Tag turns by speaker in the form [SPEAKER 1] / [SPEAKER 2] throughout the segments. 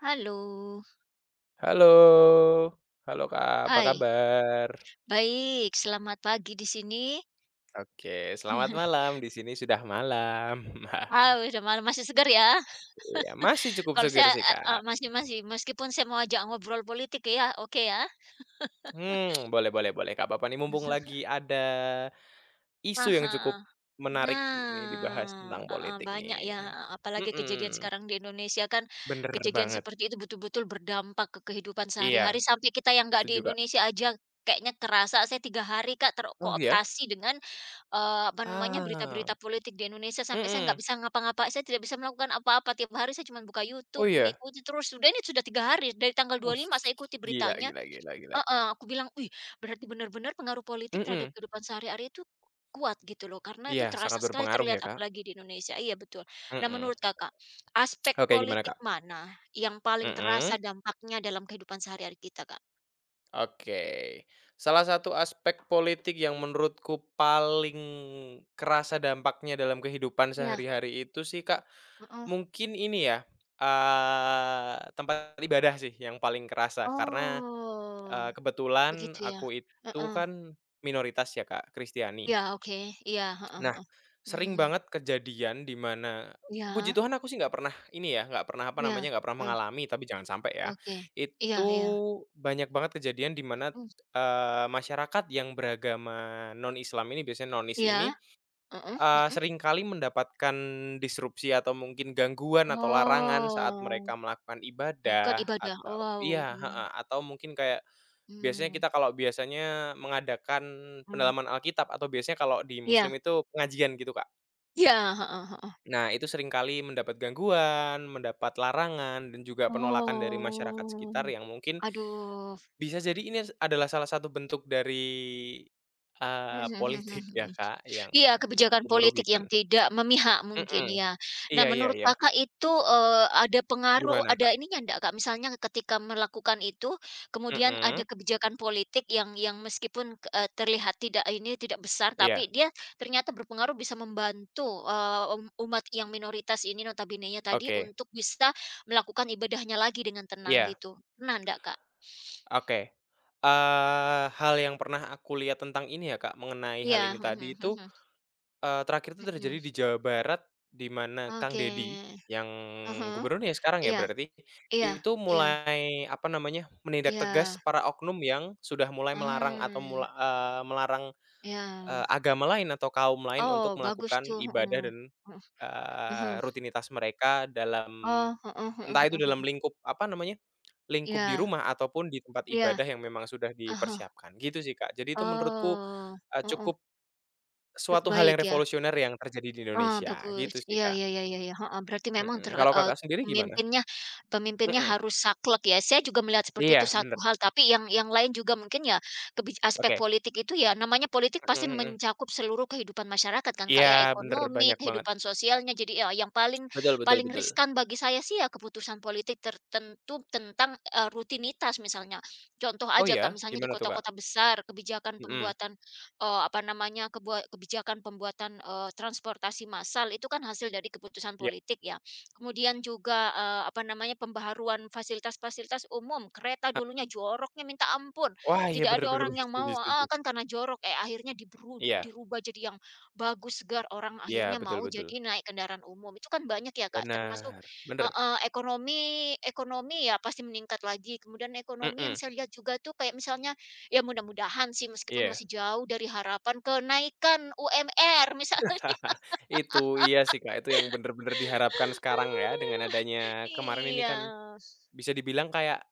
[SPEAKER 1] Halo,
[SPEAKER 2] Halo, halo Kak, apa
[SPEAKER 1] hai.
[SPEAKER 2] kabar?
[SPEAKER 1] Baik, selamat pagi di sini.
[SPEAKER 2] Oke, selamat malam, di sini sudah malam.
[SPEAKER 1] Ah, udah malam masih segar ya.
[SPEAKER 2] Iya, masih cukup
[SPEAKER 1] Kalau
[SPEAKER 2] seger
[SPEAKER 1] saya
[SPEAKER 2] sih Kak.
[SPEAKER 1] masih masih meskipun saya mau ajak ngobrol politik ya, oke ya?
[SPEAKER 2] Hmm, boleh boleh boleh, Kak, apa nih, mumpung lagi ada
[SPEAKER 1] Ah
[SPEAKER 2] isu yang
[SPEAKER 1] hah.
[SPEAKER 2] cukup menarik nih dibahas
[SPEAKER 1] Nah,
[SPEAKER 2] tentang
[SPEAKER 1] heeh,
[SPEAKER 2] politik
[SPEAKER 1] banyak ya,
[SPEAKER 2] nih.
[SPEAKER 1] apalagi kejadian
[SPEAKER 2] Mhm,
[SPEAKER 1] sekarang di Indonesia kan,
[SPEAKER 2] bener
[SPEAKER 1] kejadian
[SPEAKER 2] banget.
[SPEAKER 1] seperti itu betul-betul berdampak ke kehidupan sehari-hari
[SPEAKER 2] Iya,
[SPEAKER 1] sampai kita yang nggak
[SPEAKER 2] setuju
[SPEAKER 1] di
[SPEAKER 2] Kak.
[SPEAKER 1] Indonesia aja kayaknya kerasa. Saya 3 hari Kak
[SPEAKER 2] Oh iya?
[SPEAKER 1] terkooptasi dengan
[SPEAKER 2] Ah,
[SPEAKER 1] berita-berita politik di Indonesia sampai saya nggak
[SPEAKER 2] mhm,
[SPEAKER 1] bisa ngapa ngapa saya tidak bisa melakukan apa-apa, tiap hari saya cuma buka
[SPEAKER 2] oh
[SPEAKER 1] YouTube,
[SPEAKER 2] iya?
[SPEAKER 1] mengikuti terus, sudah ini sudah 3 hari, dari tanggal dua
[SPEAKER 2] Wih,
[SPEAKER 1] puluh lima saya ikuti
[SPEAKER 2] gila
[SPEAKER 1] beritanya.
[SPEAKER 2] gila gila gila.
[SPEAKER 1] Heeh, aku bilang, "Wih, berarti benar-benar pengaruh politik terhadap
[SPEAKER 2] Mhm,
[SPEAKER 1] kehidupan sehari-hari itu kuat," gitu loh, karena itu
[SPEAKER 2] iya
[SPEAKER 1] terasa
[SPEAKER 2] sangat
[SPEAKER 1] sekali
[SPEAKER 2] berpengaruh ya
[SPEAKER 1] terlihat
[SPEAKER 2] Kak.
[SPEAKER 1] apalagi di Indonesia, iya betul. Nah
[SPEAKER 2] Mhm,
[SPEAKER 1] menurut Kakak, aspek
[SPEAKER 2] oke gimana
[SPEAKER 1] politik
[SPEAKER 2] Kak?
[SPEAKER 1] mana yang paling
[SPEAKER 2] Mhm.
[SPEAKER 1] terasa dampaknya dalam kehidupan sehari-hari kita, Kak?
[SPEAKER 2] Oke. Salah satu aspek politik yang menurutku paling kerasa dampaknya dalam kehidupan
[SPEAKER 1] Ya,
[SPEAKER 2] sehari-hari itu sih, Kak,
[SPEAKER 1] heeh.
[SPEAKER 2] mungkin ini ya, tempat ibadah sih yang paling kerasa karena,
[SPEAKER 1] Oh,
[SPEAKER 2] kebetulan
[SPEAKER 1] begitu ya?
[SPEAKER 2] aku itu
[SPEAKER 1] Heeh.
[SPEAKER 2] kan minoritas ya, Kak, Kristiani.
[SPEAKER 1] Iya, oke. Iya, heeh
[SPEAKER 2] Nah,
[SPEAKER 1] heeh.
[SPEAKER 2] sering
[SPEAKER 1] Mhm.
[SPEAKER 2] banget kejadian di mana puji
[SPEAKER 1] Iya
[SPEAKER 2] Tuhan aku sih nggak pernah ini ya, nggak pernah apa
[SPEAKER 1] iya,
[SPEAKER 2] namanya, nggak pernah
[SPEAKER 1] oh,
[SPEAKER 2] mengalami tapi jangan sampai ya.
[SPEAKER 1] oke. Iya
[SPEAKER 2] Itu
[SPEAKER 1] iya,
[SPEAKER 2] banyak banget kejadian di mana,
[SPEAKER 1] mhm,
[SPEAKER 2] masyarakat yang beragama non-Islam ini, biasanya nonis
[SPEAKER 1] iya,
[SPEAKER 2] ini,
[SPEAKER 1] heeh heeh.
[SPEAKER 2] seringkali mendapatkan disrupsi atau mungkin gangguan atau larangan saat
[SPEAKER 1] Oh,
[SPEAKER 2] mereka melakukan
[SPEAKER 1] melakukan
[SPEAKER 2] ibadah
[SPEAKER 1] ibadah. Oh,
[SPEAKER 2] atau
[SPEAKER 1] wow,
[SPEAKER 2] iya,
[SPEAKER 1] mhm,
[SPEAKER 2] heeh, atau mungkin kayak biasanya
[SPEAKER 1] mmm,
[SPEAKER 2] kita kalau biasanya mengadakan
[SPEAKER 1] mmm,
[SPEAKER 2] pendalaman Alkitab atau biasanya kalau di
[SPEAKER 1] iya
[SPEAKER 2] muslim itu pengajian gitu, Kak.
[SPEAKER 1] iya, heeh heeh.
[SPEAKER 2] Nah, itu seringkali mendapat gangguan, mendapat larangan, dan juga penolakan dari masyarakat
[SPEAKER 1] Oh,
[SPEAKER 2] sekitar yang mungkin
[SPEAKER 1] aduh,
[SPEAKER 2] bisa jadi ini adalah salah satu bentuk dari
[SPEAKER 1] mhm mhm mhm
[SPEAKER 2] politik ya
[SPEAKER 1] mhm.
[SPEAKER 2] Kak, yang
[SPEAKER 1] Iya, kebijakan
[SPEAKER 2] cukup
[SPEAKER 1] politik
[SPEAKER 2] merugikan.
[SPEAKER 1] yang tidak memihak mungkin
[SPEAKER 2] Mm-mm.
[SPEAKER 1] ya. Nah,
[SPEAKER 2] Iya iya
[SPEAKER 1] menurut
[SPEAKER 2] iya.
[SPEAKER 1] Kakak itu, ada pengaruh
[SPEAKER 2] Gimana
[SPEAKER 1] ada
[SPEAKER 2] Kak?
[SPEAKER 1] ininya ndak, Kak? Misalnya ketika melakukan itu, kemudian ada
[SPEAKER 2] Mm-mm.
[SPEAKER 1] kebijakan politik yang meskipun, terlihat tidak ini, tidak besar, tapi
[SPEAKER 2] Iya.
[SPEAKER 1] dia ternyata berpengaruh bisa membantu, umat yang minoritas ini notabene nya tadi
[SPEAKER 2] Oke.
[SPEAKER 1] untuk bisa melakukan ibadahnya lagi dengan tenang
[SPEAKER 2] Iya.
[SPEAKER 1] gitu. Pernah ndak, Kak?
[SPEAKER 2] Oke. Hal yang pernah aku lihat tentang ini ya Kak, mengenai hal
[SPEAKER 1] Iya,
[SPEAKER 2] ini
[SPEAKER 1] mhm
[SPEAKER 2] tadi
[SPEAKER 1] mhm
[SPEAKER 2] itu
[SPEAKER 1] mhm,
[SPEAKER 2] Terakhir itu
[SPEAKER 1] mhm.
[SPEAKER 2] terjadi di Jawa Barat, di mana Kang
[SPEAKER 1] Oke.
[SPEAKER 2] Deddy, yang
[SPEAKER 1] Ah hah.
[SPEAKER 2] gubernurnya ya sekarang ya
[SPEAKER 1] Iya
[SPEAKER 2] berarti,
[SPEAKER 1] iya
[SPEAKER 2] itu
[SPEAKER 1] iya
[SPEAKER 2] mulai, apa namanya, menindak tegas
[SPEAKER 1] iya.
[SPEAKER 2] para oknum yang sudah mulai melarang atau
[SPEAKER 1] Ah,
[SPEAKER 2] melarang,
[SPEAKER 1] ya.
[SPEAKER 2] agama lain atau kaum lain untuk
[SPEAKER 1] Oh, bagus
[SPEAKER 2] melakukan
[SPEAKER 1] tuh,
[SPEAKER 2] ibadah
[SPEAKER 1] mhm,
[SPEAKER 2] dan,
[SPEAKER 1] mhm, mhm.
[SPEAKER 2] rutinitas mereka dalam
[SPEAKER 1] Oh, heeh heeh
[SPEAKER 2] entah itu
[SPEAKER 1] heeh heeh.
[SPEAKER 2] dalam lingkup, apa namanya, lingkup di
[SPEAKER 1] Iya
[SPEAKER 2] rumah ataupun di tempat
[SPEAKER 1] iya,
[SPEAKER 2] ibadah yang memang sudah
[SPEAKER 1] ah hah.
[SPEAKER 2] dipersiapkan, gitu sih Kak. Jadi itu menurutku,
[SPEAKER 1] Oh, heeh,
[SPEAKER 2] cukup
[SPEAKER 1] cukup
[SPEAKER 2] suatu hal
[SPEAKER 1] baik
[SPEAKER 2] yang
[SPEAKER 1] ya.
[SPEAKER 2] revolusioner yang terjadi di
[SPEAKER 1] Ah
[SPEAKER 2] Indonesia,
[SPEAKER 1] bagus.
[SPEAKER 2] gitu sih,
[SPEAKER 1] Iya
[SPEAKER 2] Kak.
[SPEAKER 1] iya iya iya iya, heeh, berarti memang
[SPEAKER 2] Mhm, kalau Kakak sendiri gimana?
[SPEAKER 1] pemimpinnya pemimpinnya
[SPEAKER 2] Mhm,
[SPEAKER 1] harus saklek ya. Saya juga melihat seperti itu
[SPEAKER 2] iya,
[SPEAKER 1] satu
[SPEAKER 2] bener,
[SPEAKER 1] hal, tapi yang lain juga mungkin ya aspek
[SPEAKER 2] oke,
[SPEAKER 1] politik itu ya namanya politik pasti
[SPEAKER 2] mhm mhm.
[SPEAKER 1] mencakup seluruh kehidupan masyarakat kan, Kak,
[SPEAKER 2] Iya,
[SPEAKER 1] ya,
[SPEAKER 2] bener,
[SPEAKER 1] ekonomi,
[SPEAKER 2] banyak banget.
[SPEAKER 1] kehidupan sosialnya. Jadi ya yang paling
[SPEAKER 2] Betul betul
[SPEAKER 1] paling
[SPEAKER 2] betul.
[SPEAKER 1] riskan bagi saya sih ya keputusan politik tertentu tentang, rutinitas misalnya. Contoh
[SPEAKER 2] Oh
[SPEAKER 1] aja,
[SPEAKER 2] ya?
[SPEAKER 1] Kak, misalnya di
[SPEAKER 2] Gimana tuh, Kak?
[SPEAKER 1] kota-kota besar kebijakan
[SPEAKER 2] Mhm,
[SPEAKER 1] pembuatan eee, apa namanya, kebua kebijakan pembuatan, transportasi massal itu kan hasil dari keputusan
[SPEAKER 2] iya.
[SPEAKER 1] politik ya. Kemudian juga, apa namanya, pembaharuan fasilitas-fasilitas umum, kereta dulunya joroknya minta ampun,
[SPEAKER 2] Wah, iya,
[SPEAKER 1] tidak ada
[SPEAKER 2] bener bener
[SPEAKER 1] orang
[SPEAKER 2] bener,
[SPEAKER 1] yang
[SPEAKER 2] setuju
[SPEAKER 1] mau
[SPEAKER 2] setuju.
[SPEAKER 1] heeh, kan karena jorok, eh, akhirnya
[SPEAKER 2] Iya
[SPEAKER 1] dirubah jadi yang bagus, segar, orang
[SPEAKER 2] iya,
[SPEAKER 1] akhirnya
[SPEAKER 2] betul
[SPEAKER 1] mau
[SPEAKER 2] betul.
[SPEAKER 1] jadi naik kendaraan umum. Itu kan banyak ya, Kak, termasuk
[SPEAKER 2] Bener bener,
[SPEAKER 1] heeh, ekonomi ekonomi ya pasti meningkat lagi, kemudian ekonomi yang
[SPEAKER 2] mhm,
[SPEAKER 1] saya lihat juga tuh kayak misalnya. Ya mudah-mudahan sih meskipun
[SPEAKER 2] iya.
[SPEAKER 1] masih jauh dari harapan kenaikan UMR misalnya.
[SPEAKER 2] Itu, iya sih, Kak, itu yang bener-bener diharapkan sekarang ya, dengan adanya kemarin ini
[SPEAKER 1] Iya.
[SPEAKER 2] kan bisa dibilang kayak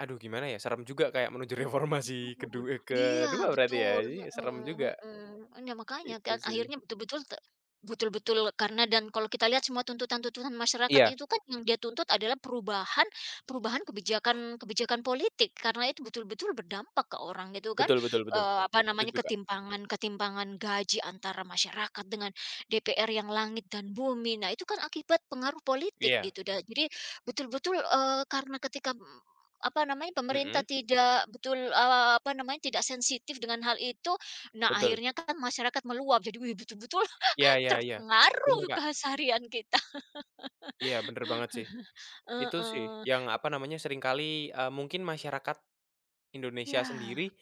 [SPEAKER 2] aduh gimana ya, serem juga kayak menuju reformasi
[SPEAKER 1] Betul.
[SPEAKER 2] kedua
[SPEAKER 1] Iya,
[SPEAKER 2] kedua berarti ya,
[SPEAKER 1] betul,
[SPEAKER 2] jadi serem
[SPEAKER 1] mhm
[SPEAKER 2] juga,
[SPEAKER 1] mhm. Nah, makanya
[SPEAKER 2] itu
[SPEAKER 1] kan
[SPEAKER 2] sih.
[SPEAKER 1] akhirnya betul-betul karena dan kalau kita lihat semua tuntutan-tuntutan masyarakat
[SPEAKER 2] Iya,
[SPEAKER 1] itu kan yang dia tuntut adalah perubahan perubahan kebijakan-kebijakan politik, karena itu betul-betul berdampak ke orang gitu kan,
[SPEAKER 2] betul betul betul,
[SPEAKER 1] apa namanya,
[SPEAKER 2] setuju, Kak.
[SPEAKER 1] ketimpangan-ketimpangan gaji antara masyarakat dengan DPR yang langit dan bumi. Nah, itu kan akibat pengaruh politik
[SPEAKER 2] Iya,
[SPEAKER 1] gitu, jadi betul-betul, karena ketika apa namanya, pemerintah
[SPEAKER 2] mhm,
[SPEAKER 1] tidak betul, apa namanya, tidak sensitif dengan hal itu, nah
[SPEAKER 2] betul.
[SPEAKER 1] akhirnya kan masyarakat meluap, jadi wih betul-betul
[SPEAKER 2] Iya iya iya,
[SPEAKER 1] terpengaruh
[SPEAKER 2] bener, Kak.
[SPEAKER 1] keseharian kita,
[SPEAKER 2] Iya, bener banget sih. Itu sih
[SPEAKER 1] heeh.
[SPEAKER 2] yang, apa namanya, seringkali, mungkin masyarakat Indonesia
[SPEAKER 1] Ya,
[SPEAKER 2] sendiri,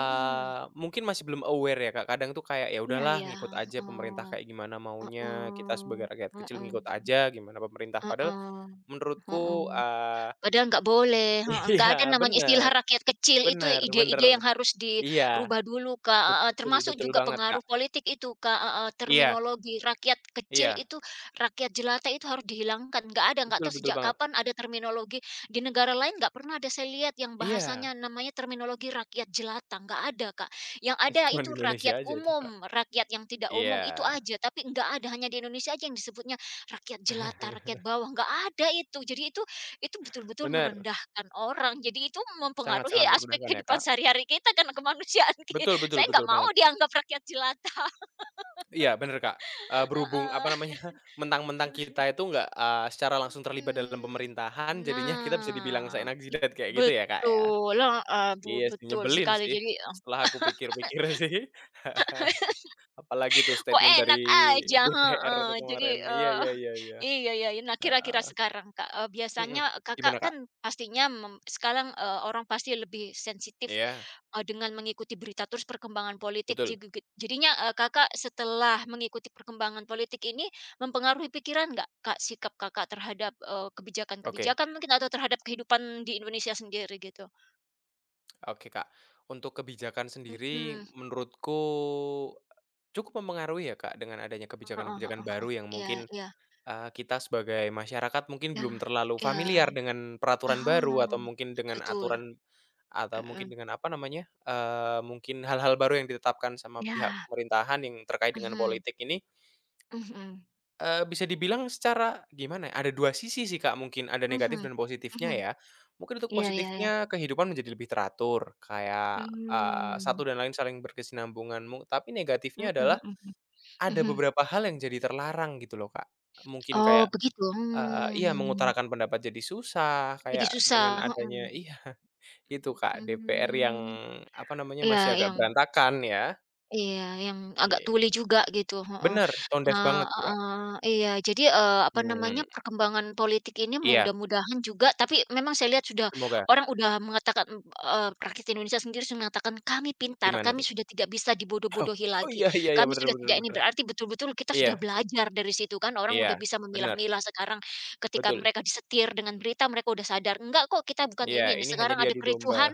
[SPEAKER 1] mhm,
[SPEAKER 2] mungkin masih belum aware ya, Kak, kadang tuh kayak, "Ya
[SPEAKER 1] iya
[SPEAKER 2] udahlah
[SPEAKER 1] iya,
[SPEAKER 2] ngikut aja
[SPEAKER 1] heeh,
[SPEAKER 2] pemerintah kayak gimana maunya, kita
[SPEAKER 1] heeh,
[SPEAKER 2] sebagai rakyat kecil ngikut
[SPEAKER 1] heeh,
[SPEAKER 2] aja gimana pemerintah." Padahal
[SPEAKER 1] heeh,
[SPEAKER 2] menurutku,
[SPEAKER 1] heeh. Padahal nggak boleh, heeh, nggak
[SPEAKER 2] iya,
[SPEAKER 1] ada namanya istilah
[SPEAKER 2] bener.
[SPEAKER 1] rakyat kecil itu
[SPEAKER 2] Bener bener.
[SPEAKER 1] ide-ide yang harus
[SPEAKER 2] Iya,
[SPEAKER 1] dirubah dulu, Kak, heeh,
[SPEAKER 2] betul
[SPEAKER 1] termasuk
[SPEAKER 2] betul
[SPEAKER 1] juga
[SPEAKER 2] banget,
[SPEAKER 1] pengaruh
[SPEAKER 2] Kak.
[SPEAKER 1] politik itu, Kak, heeh,
[SPEAKER 2] Iya
[SPEAKER 1] terminologi rakyat kecil
[SPEAKER 2] iya,
[SPEAKER 1] itu, rakyat jelata itu harus dihilangkan, nggak ada, nggak
[SPEAKER 2] betul
[SPEAKER 1] tahu
[SPEAKER 2] betul
[SPEAKER 1] sejak
[SPEAKER 2] banget.
[SPEAKER 1] kapan ada terminologi, di negara lain nggak pernah ada saya lihat yang
[SPEAKER 2] Iya,
[SPEAKER 1] bahasanya namanya terminologi rakyat jelata, nggak ada, Kak. Yang
[SPEAKER 2] itu
[SPEAKER 1] ada
[SPEAKER 2] cuman
[SPEAKER 1] itu
[SPEAKER 2] di Indonesia
[SPEAKER 1] rakyat
[SPEAKER 2] aja itu, Kak.
[SPEAKER 1] umum, rakyat yang tidak umum itu
[SPEAKER 2] Iya,
[SPEAKER 1] aja, tapi nggak ada, hanya di Indonesia aja yang disebutnya rakyat jelata, rakyat bawah, nggak ada itu. Jadi itu betul-betul
[SPEAKER 2] bener,
[SPEAKER 1] merendahkan orang, jadi itu mempengaruhi
[SPEAKER 2] sangat-sangat
[SPEAKER 1] aspek
[SPEAKER 2] merendahkan ya,
[SPEAKER 1] kehidupan
[SPEAKER 2] Kak.
[SPEAKER 1] sehari-hari kita kan, kemanusiaan
[SPEAKER 2] Betul betul
[SPEAKER 1] saya nggak
[SPEAKER 2] betul
[SPEAKER 1] mau
[SPEAKER 2] banget.
[SPEAKER 1] dianggap rakyat jelata,
[SPEAKER 2] Iya, bener, Kak. Berhubung, apa
[SPEAKER 1] heeh.
[SPEAKER 2] namanya, mentang-mentang kita itu nggak, secara langsung terlibat dalam
[SPEAKER 1] Mmm.
[SPEAKER 2] pemerintahan, jadinya kita bisa dibilang
[SPEAKER 1] Nah,
[SPEAKER 2] seenak jidat kayak gitu ya, Kak, ya.
[SPEAKER 1] betul, heeh,
[SPEAKER 2] Iya sih,
[SPEAKER 1] betul
[SPEAKER 2] nyebelin
[SPEAKER 1] sekali.
[SPEAKER 2] sih,
[SPEAKER 1] Jadi,
[SPEAKER 2] setelah aku pikir-pikir sih. Apalagi tuh
[SPEAKER 1] kok
[SPEAKER 2] statement dari
[SPEAKER 1] enak aja,
[SPEAKER 2] DPR
[SPEAKER 1] heeh.
[SPEAKER 2] itu
[SPEAKER 1] Jadi,
[SPEAKER 2] kemarin. Iya
[SPEAKER 1] eee,
[SPEAKER 2] iya iya iya.
[SPEAKER 1] iya ya. Ya. Nah,
[SPEAKER 2] Heeh.
[SPEAKER 1] kira-kira sekarang, Kak, biasanya
[SPEAKER 2] Mhm,
[SPEAKER 1] Kakak
[SPEAKER 2] gimana, Kak?
[SPEAKER 1] kan pastinya sekarang, orang pasti lebih sensitif,
[SPEAKER 2] Iya,
[SPEAKER 1] dengan mengikuti berita terus perkembangan politik.
[SPEAKER 2] betul.
[SPEAKER 1] Jadinya, Kakak setelah mengikuti perkembangan politik ini mempengaruhi pikiran nggak, Kak, sikap Kakak terhadap,
[SPEAKER 2] Oke
[SPEAKER 1] kebijakan-kebijakan mungkin atau terhadap kehidupan di Indonesia sendiri gitu?
[SPEAKER 2] oke, Kak. Untuk kebijakan sendiri
[SPEAKER 1] Mhm,
[SPEAKER 2] menurutku cukup mempengaruhi ya, Kak, dengan adanya
[SPEAKER 1] heeh
[SPEAKER 2] kebijakan-kebijakan
[SPEAKER 1] heeh heeh.
[SPEAKER 2] baru yang
[SPEAKER 1] Iya
[SPEAKER 2] mungkin,
[SPEAKER 1] iya.
[SPEAKER 2] kita sebagai masyarakat mungkin
[SPEAKER 1] Iya
[SPEAKER 2] belum terlalu
[SPEAKER 1] iya.
[SPEAKER 2] familiar dengan
[SPEAKER 1] Ah
[SPEAKER 2] peraturan
[SPEAKER 1] hah.
[SPEAKER 2] baru atau mungkin dengan
[SPEAKER 1] Betul.
[SPEAKER 2] aturan atau mungkin
[SPEAKER 1] Mhm,
[SPEAKER 2] dengan apa namanya, mungkin hal-hal baru yang ditetapkan sama pihak
[SPEAKER 1] iya,
[SPEAKER 2] pemerintahan yang terkait dengan
[SPEAKER 1] mhm,
[SPEAKER 2] politik ini.
[SPEAKER 1] mhm,
[SPEAKER 2] Bisa dibilang secara gimana ya, ada 2 sisi sih, Kak, mungkin ada
[SPEAKER 1] mhm,
[SPEAKER 2] negatif dan positifnya
[SPEAKER 1] mhm,
[SPEAKER 2] ya. Mungkin untuk
[SPEAKER 1] iya iya iya,
[SPEAKER 2] positifnya kehidupan menjadi lebih teratur kayak,
[SPEAKER 1] mmm,
[SPEAKER 2] satu dan lain saling berkesinambungan mu tapi
[SPEAKER 1] mhm
[SPEAKER 2] negatifnya
[SPEAKER 1] mhm
[SPEAKER 2] adalah
[SPEAKER 1] mhm
[SPEAKER 2] ada
[SPEAKER 1] mhm,
[SPEAKER 2] beberapa hal yang jadi terlarang gitu loh, Kak. Mungkin
[SPEAKER 1] oh
[SPEAKER 2] kayak
[SPEAKER 1] begitu,
[SPEAKER 2] heeh, iya
[SPEAKER 1] mmm,
[SPEAKER 2] mengutarakan pendapat jadi susah
[SPEAKER 1] jadi
[SPEAKER 2] kayak
[SPEAKER 1] susah,
[SPEAKER 2] dengan adanya
[SPEAKER 1] mhm
[SPEAKER 2] iya itu, Kak,
[SPEAKER 1] mhm,
[SPEAKER 2] DPR yang
[SPEAKER 1] mmm,
[SPEAKER 2] apa namanya,
[SPEAKER 1] iya
[SPEAKER 2] masih agak
[SPEAKER 1] yang.
[SPEAKER 2] berantakan ya,
[SPEAKER 1] Iya, yang agak tuli
[SPEAKER 2] gitu.
[SPEAKER 1] juga gitu, heeh.
[SPEAKER 2] Bener, tone deaf
[SPEAKER 1] Nah
[SPEAKER 2] banget sih, Kak.
[SPEAKER 1] heeh, iya. Jadi, apa namanya,
[SPEAKER 2] Mhm,
[SPEAKER 1] perkembangan politik ini
[SPEAKER 2] iya,
[SPEAKER 1] mudah-mudahan juga tapi memang saya lihat sudah
[SPEAKER 2] semoga.
[SPEAKER 1] orang udah mengatakan, rakyat Indonesia sendiri sudah mengatakan, "Kami pintar,
[SPEAKER 2] Gimana
[SPEAKER 1] kami
[SPEAKER 2] tuh?
[SPEAKER 1] sudah tidak bisa
[SPEAKER 2] Oh
[SPEAKER 1] dibodoh-bodohi
[SPEAKER 2] oh,
[SPEAKER 1] lagi.
[SPEAKER 2] iya iya iya,
[SPEAKER 1] Kami
[SPEAKER 2] bener
[SPEAKER 1] sudah
[SPEAKER 2] bener
[SPEAKER 1] tidak ini."
[SPEAKER 2] bener.
[SPEAKER 1] Berarti betul-betul kita
[SPEAKER 2] Iya
[SPEAKER 1] sudah belajar dari situ kan, orang udah
[SPEAKER 2] iya,
[SPEAKER 1] bisa
[SPEAKER 2] bener,
[SPEAKER 1] memilah-milah sekarang ketika
[SPEAKER 2] betul.
[SPEAKER 1] mereka disetir dengan berita mereka udah sadar, "Enggak kok, kita bukan
[SPEAKER 2] Iya,
[SPEAKER 1] ini. Nah,
[SPEAKER 2] ini hanya
[SPEAKER 1] sekarang ada
[SPEAKER 2] diadu domba.
[SPEAKER 1] kericuhan."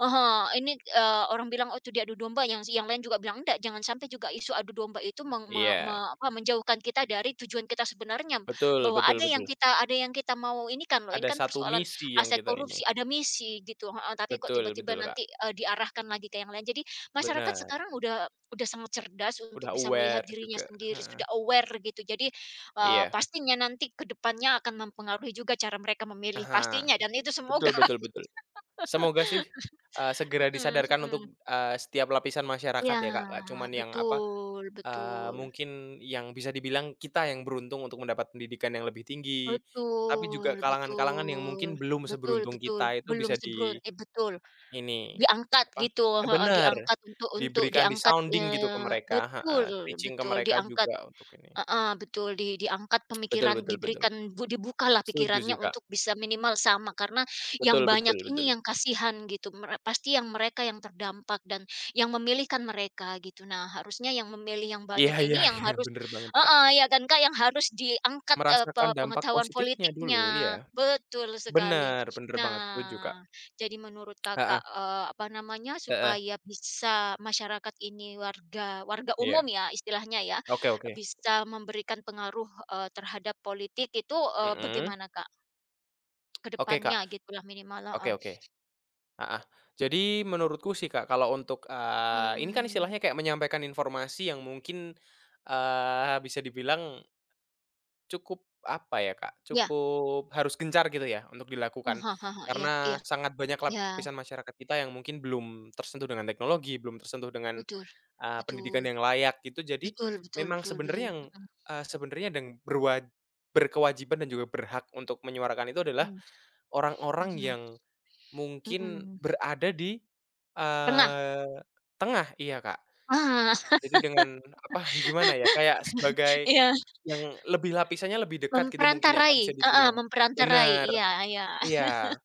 [SPEAKER 1] Aha, ini, orang bilang, "Oh, itu dia adu domba," yang lain juga bilang, "Enggak, jangan sampai juga isu adu domba itu meng me
[SPEAKER 2] Iya,
[SPEAKER 1] me apa, menjauhkan kita dari tujuan kita sebenarnya."
[SPEAKER 2] betul
[SPEAKER 1] Bahwa
[SPEAKER 2] betul betul.
[SPEAKER 1] ada yang kita mau ini kan loh, ini
[SPEAKER 2] Ada
[SPEAKER 1] kan
[SPEAKER 2] satu
[SPEAKER 1] persoalan
[SPEAKER 2] misi yang
[SPEAKER 1] aset
[SPEAKER 2] kita ini.
[SPEAKER 1] korupsi, ada misi gitu heeh, tapi kok
[SPEAKER 2] Betul
[SPEAKER 1] tiba-tiba
[SPEAKER 2] betul, Kak,
[SPEAKER 1] nanti, diarahkan lagi ke yang lain. Jadi masyarakat
[SPEAKER 2] benar.
[SPEAKER 1] sekarang udah sangat cerdas untuk
[SPEAKER 2] Udah
[SPEAKER 1] bisa melihat
[SPEAKER 2] aware
[SPEAKER 1] dirinya
[SPEAKER 2] juga,
[SPEAKER 1] sendiri,
[SPEAKER 2] heeh.
[SPEAKER 1] sudah aware gitu. Jadi,
[SPEAKER 2] Iya,
[SPEAKER 1] pastinya nanti ke depannya akan mempengaruhi juga cara mereka memilih,
[SPEAKER 2] aha,
[SPEAKER 1] pastinya dan itu semoga.
[SPEAKER 2] betul betul betul. Semoga sih, segera
[SPEAKER 1] Mhm
[SPEAKER 2] disadarkan
[SPEAKER 1] mhm.
[SPEAKER 2] untuk, setiap lapisan
[SPEAKER 1] Iya,
[SPEAKER 2] masyarakat ya, Kak, nggak cuman yang apa.
[SPEAKER 1] betul betul
[SPEAKER 2] Mungkin yang bisa dibilang kita yang beruntung untuk mendapat pendidikan yang lebih tinggi, tapi juga
[SPEAKER 1] betul
[SPEAKER 2] kalangan-kalangan yang
[SPEAKER 1] betul
[SPEAKER 2] mungkin belum
[SPEAKER 1] betul
[SPEAKER 2] seberuntung
[SPEAKER 1] betul,
[SPEAKER 2] kita itu
[SPEAKER 1] belum
[SPEAKER 2] bisa
[SPEAKER 1] sebrun
[SPEAKER 2] di
[SPEAKER 1] eh, betul,
[SPEAKER 2] ini,
[SPEAKER 1] diangkat
[SPEAKER 2] apa
[SPEAKER 1] gitu, heeh,
[SPEAKER 2] bener,
[SPEAKER 1] diangkat untuk
[SPEAKER 2] diberikan
[SPEAKER 1] diangkat, ya
[SPEAKER 2] di-sounding gitu ke mereka
[SPEAKER 1] betul
[SPEAKER 2] heeh, teaching ke
[SPEAKER 1] betul,
[SPEAKER 2] mereka
[SPEAKER 1] diangkat.
[SPEAKER 2] juga untuk ini.
[SPEAKER 1] Heeh, betul diangkat
[SPEAKER 2] Betul
[SPEAKER 1] pemikiran,
[SPEAKER 2] betul betul,
[SPEAKER 1] diberikan dibukalah
[SPEAKER 2] setuju
[SPEAKER 1] pikirannya
[SPEAKER 2] sih, Kak.
[SPEAKER 1] untuk bisa minimal sama, karena yang
[SPEAKER 2] Betul
[SPEAKER 1] banyak
[SPEAKER 2] betul betul.
[SPEAKER 1] ini yang kasihan gitu, pasti yang mereka yang terdampak dan yang memilihkan mereka gitu. Nah, harusnya yang memilih yang
[SPEAKER 2] Iya
[SPEAKER 1] banyak
[SPEAKER 2] iya
[SPEAKER 1] ini yang
[SPEAKER 2] iya,
[SPEAKER 1] harus
[SPEAKER 2] bener banget, Kak.
[SPEAKER 1] heeh, ya kan Kak, yang harus diangkat, eee, pe
[SPEAKER 2] Merasakan dampak
[SPEAKER 1] pengetahuan
[SPEAKER 2] positifnya dulu,
[SPEAKER 1] politiknya,
[SPEAKER 2] iya.
[SPEAKER 1] betul sekali.
[SPEAKER 2] Bener bener banget, setuju, Kak.
[SPEAKER 1] Nah, jadi menurut
[SPEAKER 2] Heeh
[SPEAKER 1] Kakak, apa namanya,
[SPEAKER 2] heeh,
[SPEAKER 1] supaya bisa masyarakat ini warga warga umum
[SPEAKER 2] iya.
[SPEAKER 1] ya istilahnya ya,
[SPEAKER 2] Oke oke,
[SPEAKER 1] bisa memberikan pengaruh, terhadap politik itu,
[SPEAKER 2] mhm.
[SPEAKER 1] bagaimana, Kak, ke
[SPEAKER 2] Oke,
[SPEAKER 1] depannya
[SPEAKER 2] Kak.
[SPEAKER 1] gitulah minimal,
[SPEAKER 2] Oke
[SPEAKER 1] heeh,
[SPEAKER 2] oke. Heeh. Jadi menurutku sih Kak, kalau untuk, ini kan
[SPEAKER 1] mhm,
[SPEAKER 2] istilahnya kayak menyampaikan informasi yang mungkin, bisa dibilang cukup apa ya Kak,
[SPEAKER 1] iya,
[SPEAKER 2] cukup harus gencar gitu ya untuk
[SPEAKER 1] mmm,
[SPEAKER 2] dilakukan.
[SPEAKER 1] heeh heeh, iya
[SPEAKER 2] Karena
[SPEAKER 1] iya
[SPEAKER 2] sangat banyak
[SPEAKER 1] iya, ya,
[SPEAKER 2] lapisan masyarakat kita yang mungkin belum tersentuh dengan teknologi, belum tersentuh dengan,
[SPEAKER 1] betul
[SPEAKER 2] pendidikan
[SPEAKER 1] betul
[SPEAKER 2] yang layak gitu. Jadi
[SPEAKER 1] betul betul
[SPEAKER 2] memang
[SPEAKER 1] betul
[SPEAKER 2] sebenarnya
[SPEAKER 1] betul,
[SPEAKER 2] yang, sebenarnya dan berwajib, berkewajiban dan juga berhak untuk menyuarakan itu adalah
[SPEAKER 1] mhm
[SPEAKER 2] orang-orang
[SPEAKER 1] mhm
[SPEAKER 2] yang
[SPEAKER 1] mhm
[SPEAKER 2] mungkin
[SPEAKER 1] mhm,
[SPEAKER 2] berada di,
[SPEAKER 1] tengah,
[SPEAKER 2] eee, tengah, iya, Kak.
[SPEAKER 1] ah,
[SPEAKER 2] Jadi dengan apa, gimana ya, kayak sebagai
[SPEAKER 1] iya,
[SPEAKER 2] yang lebih lapisannya lebih dekat gitu mungkin ya, Kak,
[SPEAKER 1] memperantarai,
[SPEAKER 2] bisa
[SPEAKER 1] heeh,
[SPEAKER 2] dibilang.
[SPEAKER 1] memperantarai,
[SPEAKER 2] Bener,
[SPEAKER 1] iya iya,
[SPEAKER 2] iya.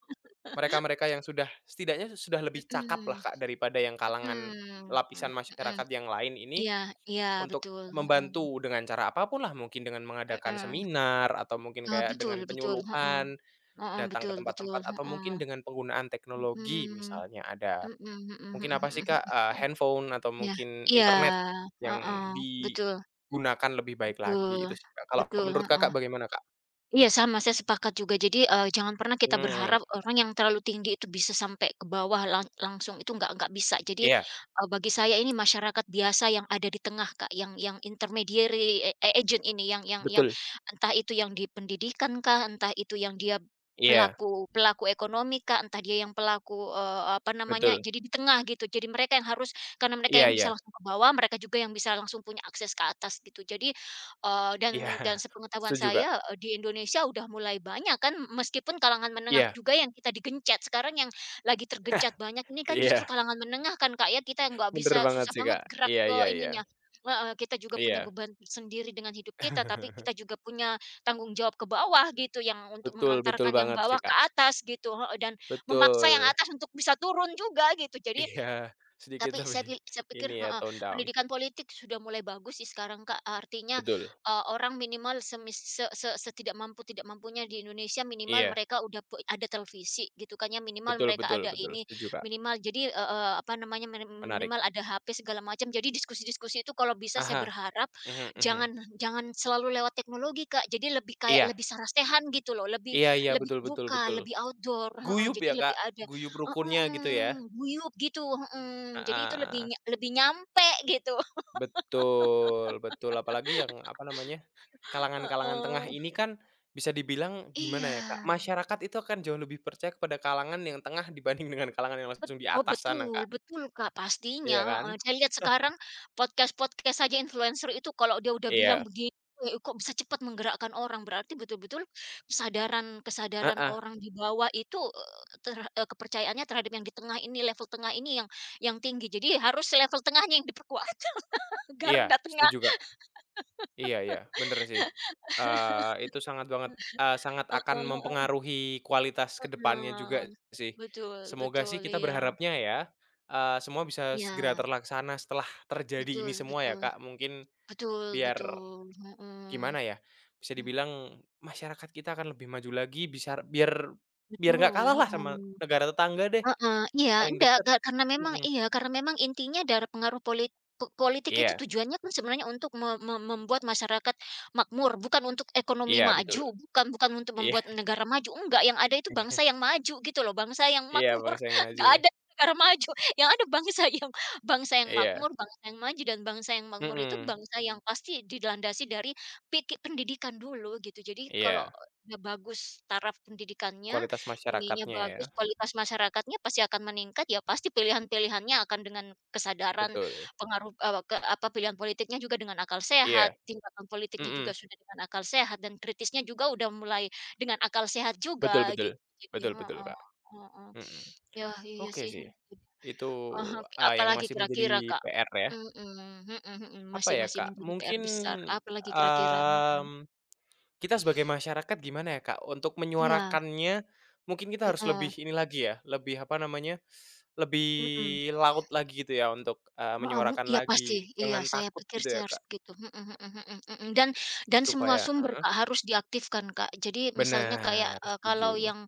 [SPEAKER 2] Mereka-mereka yang sudah setidaknya sudah lebih cakap lah,
[SPEAKER 1] mhm
[SPEAKER 2] Kak, daripada yang kalangan
[SPEAKER 1] mhm
[SPEAKER 2] lapisan
[SPEAKER 1] mhm,
[SPEAKER 2] masyarakat yang lain ini
[SPEAKER 1] iya iya,
[SPEAKER 2] untuk
[SPEAKER 1] betul, mhm
[SPEAKER 2] membantu dengan cara apapun lah, mungkin dengan mengadakan
[SPEAKER 1] mhm,
[SPEAKER 2] seminar atau mungkin kayak
[SPEAKER 1] betul
[SPEAKER 2] dengan
[SPEAKER 1] betul, heeh
[SPEAKER 2] penyuluhan,
[SPEAKER 1] heeh,
[SPEAKER 2] datang ke
[SPEAKER 1] betul betul,
[SPEAKER 2] tempat-tempat atau
[SPEAKER 1] heeh.
[SPEAKER 2] mungkin dengan penggunaan teknologi
[SPEAKER 1] Mhm,
[SPEAKER 2] misalnya ada.
[SPEAKER 1] mhm mhm mhm
[SPEAKER 2] Mungkin apa
[SPEAKER 1] mhm
[SPEAKER 2] sih, Kak,
[SPEAKER 1] mhm.
[SPEAKER 2] handphone atau
[SPEAKER 1] Iya
[SPEAKER 2] mungkin
[SPEAKER 1] iya,
[SPEAKER 2] internet
[SPEAKER 1] heeh,
[SPEAKER 2] yang
[SPEAKER 1] betul
[SPEAKER 2] digunakan lebih baik
[SPEAKER 1] betul
[SPEAKER 2] lagi itu sih, Kak. Kalau
[SPEAKER 1] betul,
[SPEAKER 2] menurut
[SPEAKER 1] heeh.
[SPEAKER 2] Kakak bagaimana, Kak?
[SPEAKER 1] Iya sama, saya sepakat juga. Jadi, jangan pernah kita
[SPEAKER 2] Mmm,
[SPEAKER 1] berharap orang yang terlalu tinggi itu bisa sampai ke bawah langsung, itu nggak bisa. Jadi,
[SPEAKER 2] iya,
[SPEAKER 1] bagi saya ini masyarakat biasa yang ada di tengah, Kak, yang intermediary, agent ini, yang
[SPEAKER 2] betul.
[SPEAKER 1] entah itu yang di pendidikan kah, entah itu yang dia
[SPEAKER 2] Iya,
[SPEAKER 1] pelaku pelaku ekonomi kah, entah dia yang pelaku, apa namanya,
[SPEAKER 2] betul.
[SPEAKER 1] jadi di tengah gitu. Jadi mereka yang harus karena mereka
[SPEAKER 2] Iya
[SPEAKER 1] yang bisa
[SPEAKER 2] iya.
[SPEAKER 1] langsung ke bawah, mereka juga yang bisa langsung punya akses ke atas gitu. Jadi, dan
[SPEAKER 2] Iya,
[SPEAKER 1] dan sepengetahuan
[SPEAKER 2] setuju, Kak.
[SPEAKER 1] saya, di Indonesia udah mulai banyak kan meskipun kalangan menengah
[SPEAKER 2] Iya
[SPEAKER 1] juga yang kita digencet. Sekarang yang lagi tergencet banyak ini kan justru
[SPEAKER 2] iya,
[SPEAKER 1] kalangan menengah kan, Kak, ya, kita nggak
[SPEAKER 2] bener
[SPEAKER 1] bisa
[SPEAKER 2] banget
[SPEAKER 1] susah
[SPEAKER 2] sih,
[SPEAKER 1] banget
[SPEAKER 2] Kak.
[SPEAKER 1] gerak
[SPEAKER 2] Iya
[SPEAKER 1] ke
[SPEAKER 2] iya iya,
[SPEAKER 1] ininya heeh, kita juga punya
[SPEAKER 2] iya.
[SPEAKER 1] beban sendiri dengan hidup kita, tapi kita juga punya tanggung jawab ke bawah gitu yang untuk
[SPEAKER 2] Betul betul
[SPEAKER 1] mengantarkan yang
[SPEAKER 2] banget
[SPEAKER 1] bawah
[SPEAKER 2] sih,
[SPEAKER 1] ke
[SPEAKER 2] Kak.
[SPEAKER 1] atas gitu heeh, dan memaksa yang
[SPEAKER 2] Betul.
[SPEAKER 1] atas untuk bisa turun juga gitu. Jadi
[SPEAKER 2] Iya, sedikit
[SPEAKER 1] tapi
[SPEAKER 2] lebih
[SPEAKER 1] saya pikir
[SPEAKER 2] ini ya,
[SPEAKER 1] heeh,
[SPEAKER 2] tone down.
[SPEAKER 1] pendidikan politik sudah mulai bagus sih sekarang, Kak. Artinya,
[SPEAKER 2] Betul.
[SPEAKER 1] orang minimal semis se se setidak mampu tidak mampunya di Indonesia minimal
[SPEAKER 2] Iya,
[SPEAKER 1] mereka udah ada televisi gitu kan ya, minimal
[SPEAKER 2] betul
[SPEAKER 1] mereka
[SPEAKER 2] betul
[SPEAKER 1] ada
[SPEAKER 2] betul,
[SPEAKER 1] ini,
[SPEAKER 2] setuju, Kak.
[SPEAKER 1] minimal jadi, eee eee, apa namanya,
[SPEAKER 2] Menarik.
[SPEAKER 1] minimal ada HP segala macam. Jadi diskusi-diskusi itu kalau bisa
[SPEAKER 2] Ah
[SPEAKER 1] saya
[SPEAKER 2] hah.
[SPEAKER 1] berharap
[SPEAKER 2] Mhm mhm.
[SPEAKER 1] jangan jangan selalu lewat teknologi, Kak. Jadi lebih kayak
[SPEAKER 2] Iya.
[SPEAKER 1] lebih sarasehan gitu loh, lebih
[SPEAKER 2] Iya iya,
[SPEAKER 1] lebih
[SPEAKER 2] betul betul
[SPEAKER 1] kebuka,
[SPEAKER 2] betul.
[SPEAKER 1] lebih outdoor, heeh,
[SPEAKER 2] Guyub
[SPEAKER 1] jadi
[SPEAKER 2] ya,
[SPEAKER 1] lebih
[SPEAKER 2] Kak,
[SPEAKER 1] ada.
[SPEAKER 2] guyub rukunnya gitu ya?
[SPEAKER 1] Mhm, guyub gitu, mhm, jadi itu lebih
[SPEAKER 2] Heeh,
[SPEAKER 1] nya lebih nyampe gitu,
[SPEAKER 2] betul betul, apalagi yang, apa namanya, kalangan-kalangan tengah
[SPEAKER 1] heeh.
[SPEAKER 2] ini kan bisa dibilang, gimana
[SPEAKER 1] Iya,
[SPEAKER 2] ya, Kak, masyarakat itu akan jauh lebih percaya kepada kalangan yang tengah dibanding dengan kalangan yang langsung di
[SPEAKER 1] oh
[SPEAKER 2] atas sana,
[SPEAKER 1] betul
[SPEAKER 2] Kak,
[SPEAKER 1] betul, Kak,
[SPEAKER 2] iya
[SPEAKER 1] pastinya,
[SPEAKER 2] kan?
[SPEAKER 1] heeh, saya lihat sekarang podcast-podcast saja influencer itu kalau dia udah bilang
[SPEAKER 2] Iya,
[SPEAKER 1] begini, kok bisa cepat menggerakkan orang, berarti betul-betul kesadaran kesadaran
[SPEAKER 2] heeh,
[SPEAKER 1] orang di bawah itu, kepercayaannya terhadap yang di tengah ini, level tengah ini yang tinggi, jadi harus level tengahnya yang diperkuat,
[SPEAKER 2] iya,
[SPEAKER 1] garda tengah,
[SPEAKER 2] setuju, Kak. Iya iya, bener sih. Itu sangat banget sangat akan
[SPEAKER 1] heeh.
[SPEAKER 2] mempengaruhi kualitas ke depannya
[SPEAKER 1] Heeh,
[SPEAKER 2] juga sih.
[SPEAKER 1] betul
[SPEAKER 2] Semoga
[SPEAKER 1] betul,
[SPEAKER 2] sih kita
[SPEAKER 1] iya.
[SPEAKER 2] berharapnya ya, semua bisa segera
[SPEAKER 1] Iya,
[SPEAKER 2] terlaksana setelah terjadi
[SPEAKER 1] betul
[SPEAKER 2] ini semua ya,
[SPEAKER 1] betul,
[SPEAKER 2] Kak. Mungkin
[SPEAKER 1] betul
[SPEAKER 2] biar
[SPEAKER 1] betul, mhm,
[SPEAKER 2] gimana ya, bisa
[SPEAKER 1] mmm,
[SPEAKER 2] dibilang masyarakat kita akan lebih maju lagi, bisa biar biar nggak
[SPEAKER 1] betul,
[SPEAKER 2] kalah lah
[SPEAKER 1] heeh.
[SPEAKER 2] sama negara tetangga deh,
[SPEAKER 1] Heeh, iya,
[SPEAKER 2] paling
[SPEAKER 1] enggak,
[SPEAKER 2] dekat.
[SPEAKER 1] karena memang
[SPEAKER 2] Mhm.
[SPEAKER 1] iya, karena memang intinya dari pengaruh politik itu
[SPEAKER 2] Iya
[SPEAKER 1] tujuannya kan sebenarnya untuk me me membuat masyarakat makmur, bukan untuk ekonomi
[SPEAKER 2] iya betul.
[SPEAKER 1] maju, bukan bukan untuk
[SPEAKER 2] Iya
[SPEAKER 1] membuat negara maju, enggak, yang ada itu bangsa yang maju gitu loh, bangsa yang
[SPEAKER 2] iya,
[SPEAKER 1] makmur,
[SPEAKER 2] bangsa yang maju.
[SPEAKER 1] nggak ada negara maju, yang ada bangsa yang
[SPEAKER 2] Iya.
[SPEAKER 1] makmur, bangsa yang maju, dan bangsa yang makmur itu
[SPEAKER 2] Mhm.
[SPEAKER 1] bangsa yang pasti dilandasi dari pendidikan dulu gitu. Jadi kalau
[SPEAKER 2] Iya.
[SPEAKER 1] udah bagus taraf pendidikannya.
[SPEAKER 2] Kualitas
[SPEAKER 1] Ininya
[SPEAKER 2] masyarakatnya ya,
[SPEAKER 1] bagus, kualitas masyarakatnya pasti akan meningkat, ya pasti pilihan-pilihannya akan dengan kesadaran
[SPEAKER 2] betul.
[SPEAKER 1] pengaruh, ke apa, pilihan politiknya juga dengan akal sehat,
[SPEAKER 2] Iya,
[SPEAKER 1] tindakan politiknya juga
[SPEAKER 2] mhm,
[SPEAKER 1] sudah dengan akal sehat, dan kritisnya juga udah mulai dengan akal sehat
[SPEAKER 2] betul
[SPEAKER 1] juga
[SPEAKER 2] betul,
[SPEAKER 1] gitu. Jadi
[SPEAKER 2] betul betul,
[SPEAKER 1] heeh
[SPEAKER 2] Kak,
[SPEAKER 1] heeh.
[SPEAKER 2] mhm.
[SPEAKER 1] Ya, iya
[SPEAKER 2] Oke
[SPEAKER 1] sih.
[SPEAKER 2] sih, itu,
[SPEAKER 1] Ah
[SPEAKER 2] yang
[SPEAKER 1] apalagi
[SPEAKER 2] masih
[SPEAKER 1] kira-kira,
[SPEAKER 2] menjadi
[SPEAKER 1] Kak?
[SPEAKER 2] PR ya.
[SPEAKER 1] Mhm mhm mhm,
[SPEAKER 2] Apa
[SPEAKER 1] masih
[SPEAKER 2] ya,
[SPEAKER 1] masih
[SPEAKER 2] Kak,
[SPEAKER 1] menjadi PR
[SPEAKER 2] mungkin,
[SPEAKER 1] besar, apalagi kira-kira? Mhm.
[SPEAKER 2] mmm, kita sebagai masyarakat gimana ya, Kak, untuk
[SPEAKER 1] Iya,
[SPEAKER 2] menyuarakannya mungkin kita harus
[SPEAKER 1] heeh,
[SPEAKER 2] lebih ini lagi ya, lebih apa namanya, lebih
[SPEAKER 1] mhm.
[SPEAKER 2] laut lagi gitu ya untuk,
[SPEAKER 1] Heeh,
[SPEAKER 2] menyuarakan
[SPEAKER 1] iya pasti,
[SPEAKER 2] lagi,
[SPEAKER 1] iya
[SPEAKER 2] jangan
[SPEAKER 1] saya
[SPEAKER 2] takut
[SPEAKER 1] pikir
[SPEAKER 2] gitu ya,
[SPEAKER 1] saya
[SPEAKER 2] Kak,
[SPEAKER 1] harus begitu, mhm mhm mhm mhm, dan semua
[SPEAKER 2] supaya
[SPEAKER 1] sumber,
[SPEAKER 2] heeh,
[SPEAKER 1] Kak, harus diaktifkan, Kak. Jadi misalnya kayak,
[SPEAKER 2] benar,
[SPEAKER 1] kalau
[SPEAKER 2] setuju,
[SPEAKER 1] yang,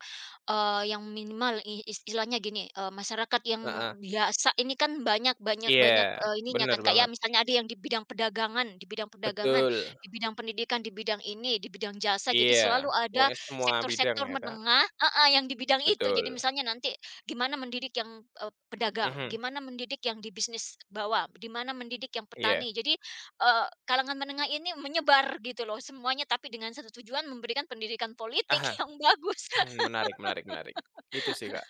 [SPEAKER 1] yang minimal istilahnya gini, masyarakat yang
[SPEAKER 2] heeh.
[SPEAKER 1] biasa ini kan banyak banyak banyak,
[SPEAKER 2] Iya,
[SPEAKER 1] ininya
[SPEAKER 2] bener
[SPEAKER 1] kan, Kak, ya
[SPEAKER 2] banget.
[SPEAKER 1] misalnya ada yang di bidang perdagangan di bidang perdagangan,
[SPEAKER 2] Betul,
[SPEAKER 1] di bidang pendidikan, di bidang ini, di bidang jasa, jadi
[SPEAKER 2] iya.
[SPEAKER 1] selalu ada
[SPEAKER 2] Pokoknya semua bidang
[SPEAKER 1] sektor-sektor
[SPEAKER 2] ya, Kak.
[SPEAKER 1] menengah heeh, yang di bidang itu. Jadi
[SPEAKER 2] Betul,
[SPEAKER 1] misalnya nanti gimana mendidik yang, pedagang,
[SPEAKER 2] mhm,
[SPEAKER 1] gimana mendidik yang di bisnis bawah, di mana mendidik yang
[SPEAKER 2] iya.
[SPEAKER 1] petani. Jadi, kalangan menengah ini menyebar gitu loh semuanya, tapi dengan satu tujuan memberikan pendidikan politik
[SPEAKER 2] Aha,
[SPEAKER 1] yang bagus.
[SPEAKER 2] mhm, menarik menarik menarik. Itu sih, Kak.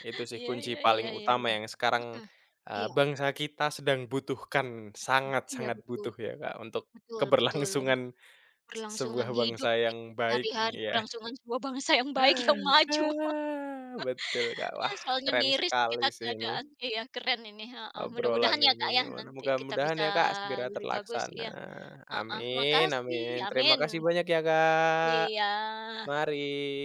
[SPEAKER 2] Itu sih
[SPEAKER 1] Iya
[SPEAKER 2] kunci
[SPEAKER 1] iya iya
[SPEAKER 2] paling
[SPEAKER 1] iya iya.
[SPEAKER 2] utama yang sekarang,
[SPEAKER 1] Mhm. Iya
[SPEAKER 2] bangsa kita sedang butuhkan,
[SPEAKER 1] iya,
[SPEAKER 2] sangat-sangat
[SPEAKER 1] betul
[SPEAKER 2] butuh ya, Kak, untuk
[SPEAKER 1] betul betul.
[SPEAKER 2] keberlangsungan se sebuah
[SPEAKER 1] Berlangsungan hidup
[SPEAKER 2] bangsa
[SPEAKER 1] gitu,
[SPEAKER 2] yang baik,
[SPEAKER 1] hari-hari
[SPEAKER 2] iya.
[SPEAKER 1] keberlangsungan sebuah bangsa yang baik, yang maju.
[SPEAKER 2] Ah, betul, Kak. Wah,
[SPEAKER 1] Soalnya
[SPEAKER 2] keren
[SPEAKER 1] miris nih
[SPEAKER 2] sekali
[SPEAKER 1] kita
[SPEAKER 2] sih ini.
[SPEAKER 1] keadaan. Iya, keren ini, heeh.
[SPEAKER 2] Obrolan
[SPEAKER 1] Mudah-mudahan ya, Kak, ya,
[SPEAKER 2] ini, mana
[SPEAKER 1] nanti kita
[SPEAKER 2] mudah-mudahan
[SPEAKER 1] bisa
[SPEAKER 2] ya Kak segera
[SPEAKER 1] lebih bagus,
[SPEAKER 2] terlaksana.
[SPEAKER 1] iya. Heeh,
[SPEAKER 2] Amin
[SPEAKER 1] makasih,
[SPEAKER 2] amin. Terima
[SPEAKER 1] amin.
[SPEAKER 2] kasih banyak ya Kak.
[SPEAKER 1] Iya.
[SPEAKER 2] Mari.